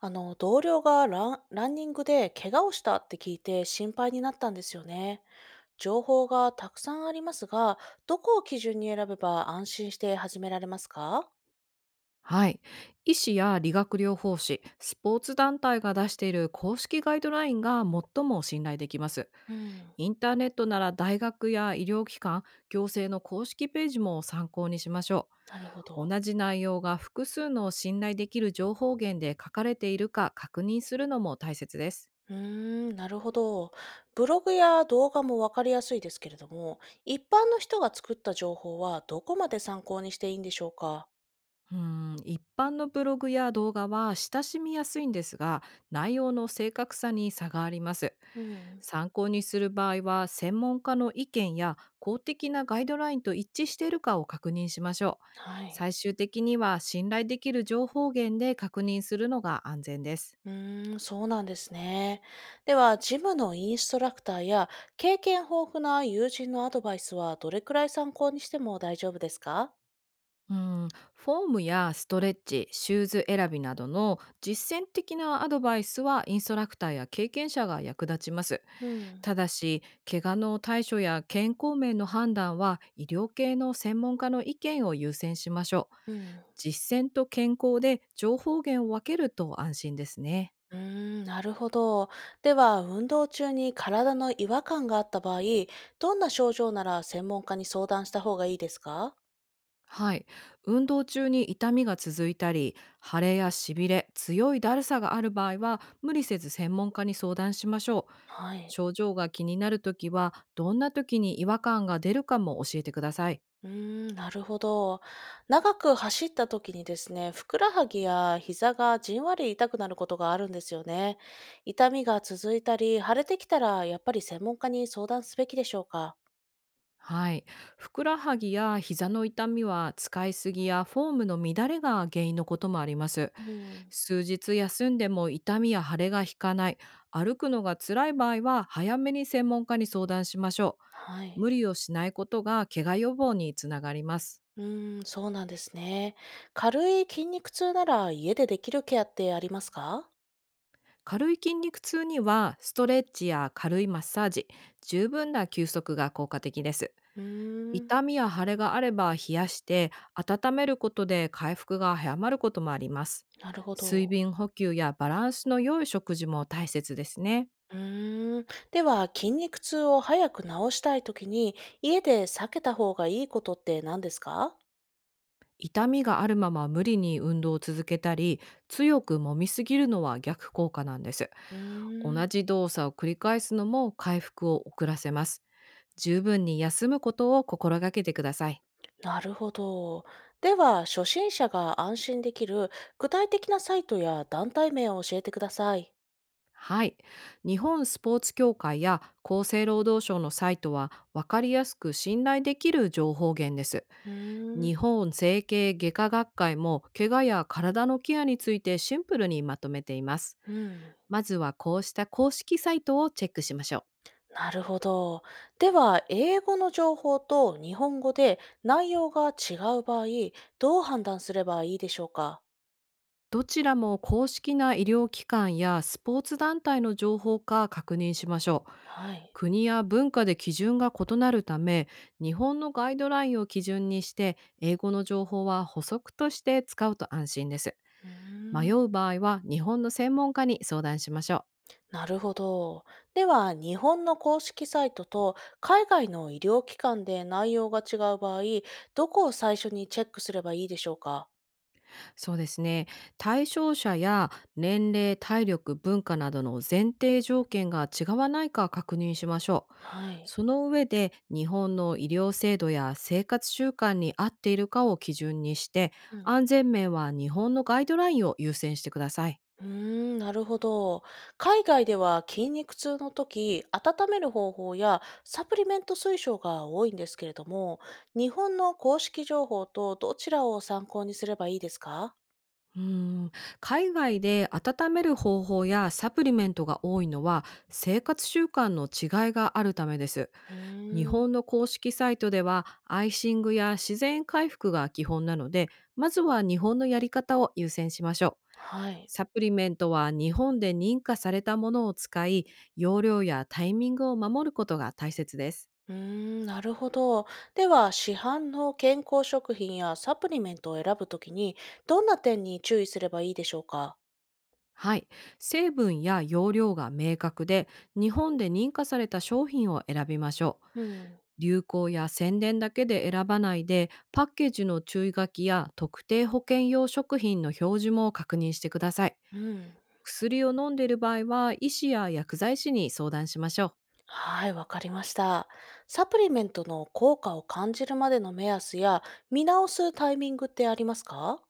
同僚がランニングで怪我をしたって聞いて心配になったんですよね。情報がたくさんありますが、どこを基準に選べば安心して始められますか？はい。医師や理学療法士、スポーツ団体が出している公式ガイドラインが最も信頼できます。うん、インターネットなら大学や医療機関、行政の公式ページも参考にしましょなるほう。ど。同じ内容が複数の信頼できる情報源で書かれているか確認するのも大切です。うーん、なるほど。ブログや動画もわかりやすいですけれども、一般の人が作った情報はどこまで参考にしていいんでしょうか？うん、一般のブログや動画は親しみやすいんですが、内容の正確さに差があります。うん、参考にする場合は、専門家の意見や公的なガイドラインと一致しているかを確認しましょう。はい。最終的には信頼できる情報源で確認するのが安全です。うーん、そうなんですね。では、ジムのインストラクターや経験豊富な友人のアドバイスはどれくらい参考にしても大丈夫ですか？うんフォームやストレッチ、シューズ選びなどの実践的なアドバイスは、インストラクターや経験者が役立ちます。うん、ただし、怪我の対処や健康面の判断は、医療系の専門家の意見を優先しましょう。うん。実践と健康で情報源を分けると安心ですね。うーん、なるほど。では、運動中に体の違和感があった場合、どんな症状なら専門家に相談した方がいいですか？はい。運動中に痛みが続いたり、腫れやしびれ、強いだるさがある場合は、無理せず専門家に相談しましょう。はい。症状が気になるときは、どんなときに違和感が出るかも教えてください。うーん、なるほど。長く走った時にですね、ふくらはぎや膝がじんわり痛くなることがあるんですよね。痛みが続いたり、腫れてきたら、やっぱり専門家に相談すべきでしょうか。はい。ふくらはぎや膝の痛みは、使いすぎやフォームの乱れが原因のこともあります。うん、数日休んでも痛みや腫れが引かない、歩くのが辛い場合は、早めに専門家に相談しましょはう。い。無理をしないことが怪我予防につながります。うーん、そうなんですね。軽い筋肉痛なら家でできるケアってありますか？軽い筋肉痛には、ストレッチや軽いマッサージ、十分な休息が効果的です。うーん、痛みや腫れがあれば、冷やして温めることで回復が早まることもあります。なるほ水ど。分補給やバランスの良い食事も大切ですね。うーん。では、筋肉痛を早く治したい時に、家で避けた方がいいことって何ですか？痛みがあるまま無理に運動を続けたり、強く揉みすぎるのは逆効果なんです。うーん、同じ動作を繰り返すのも回復を遅らせます。十分に休むことを心がけてください。なるほど。では、初心者が安心できる具体的なサイトや団体名を教えてください。はい。日本スポーツ協会や厚生労働省のサイトは、分かりやすく信頼できる情報源です。うーん、日本整形外科学会も、怪我や体のケアについてシンプルにまとめています。うん、まずはこうした公式サイトをチェックしましょう。なるほど。では、英語の情報と日本語で内容が違う場合、どう判断すればいいでしょうか？どちらも公式な医療機関やスポーツ団体の情報か確認しましょう。はい。国や文化で基準が異なるため、日本のガイドラインを基準にして、英語の情報は補足として使うと安心です。うー迷ん、う場合は、日本の専門家に相談しましょう。なるほど。では、日本の公式サイトと海外の医療機関で内容が違う場合、どこを最初にチェックすればいいでしょうか？そうですね。対象者や年齢、体力、文化などの前提条件が違わないか確認しましょう。はい。その上で、日本の医療制度や生活習慣に合っているかを基準にして、うん。安全面は日本のガイドラインを優先してください。うーん、なるほど。海外では筋肉痛の時、温める方法やサプリメント推奨が多いんですけれども、日本の公式情報とどちらを参考にすればいいですか？うーん、海外で温める方法やサプリメントが多いのは、生活習慣の違いがあるためです。う日ーん、本の公式サイトではアイシングや自然回復が基本なので、まずは日本のやり方を優先しましょう。はい。サプリメントは日本で認可されたものを使い、容量やタイミングを守ることが大切です。うーん、なるほど。では、市販の健康食品やサプリメントを選ぶときに、どんな点に注意すればいいでしょうか？はい。成分や容量が明確で、日本で認可された商品を選びましょう。うん。流行や宣伝だけで選ばないで、パッケージの注意書きや特定保険用食品の表示も確認してください。うん。薬を飲んでいる場合は、医師や薬剤師に相談しましょう。はい、わかりました。サプリメントの効果を感じるまでの目安や見直すタイミングってありますか？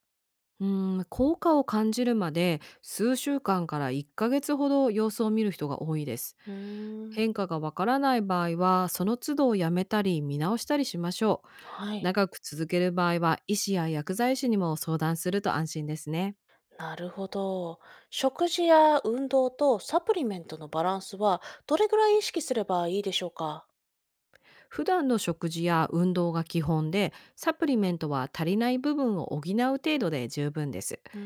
うーん、効果を感じるまで数週間から1ヶ月ほど様子を見る人が多いです。うーん、変化がわからない場合は、その都度やめたり見直したりしましょう。はい。長く続ける場合は、医師や薬剤師にも相談すると安心ですね。なるほど。食事や運動とサプリメントのバランスはどれぐらい意識すればいいでしょうか？普段の食事や運動が基本で、サプリメントは足りない部分を補う程度で十分です。うー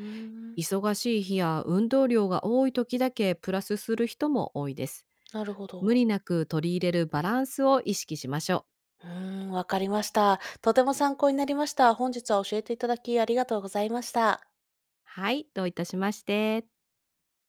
ん、忙しい日や運動量が多い時だけプラスする人も多いです。なるほ無ど。理なく取り入れるバランスを意識しましょう。うーん、わかりました。とても参考になりました。本日は教えていただきありがとうございました。はい、どういたしまして。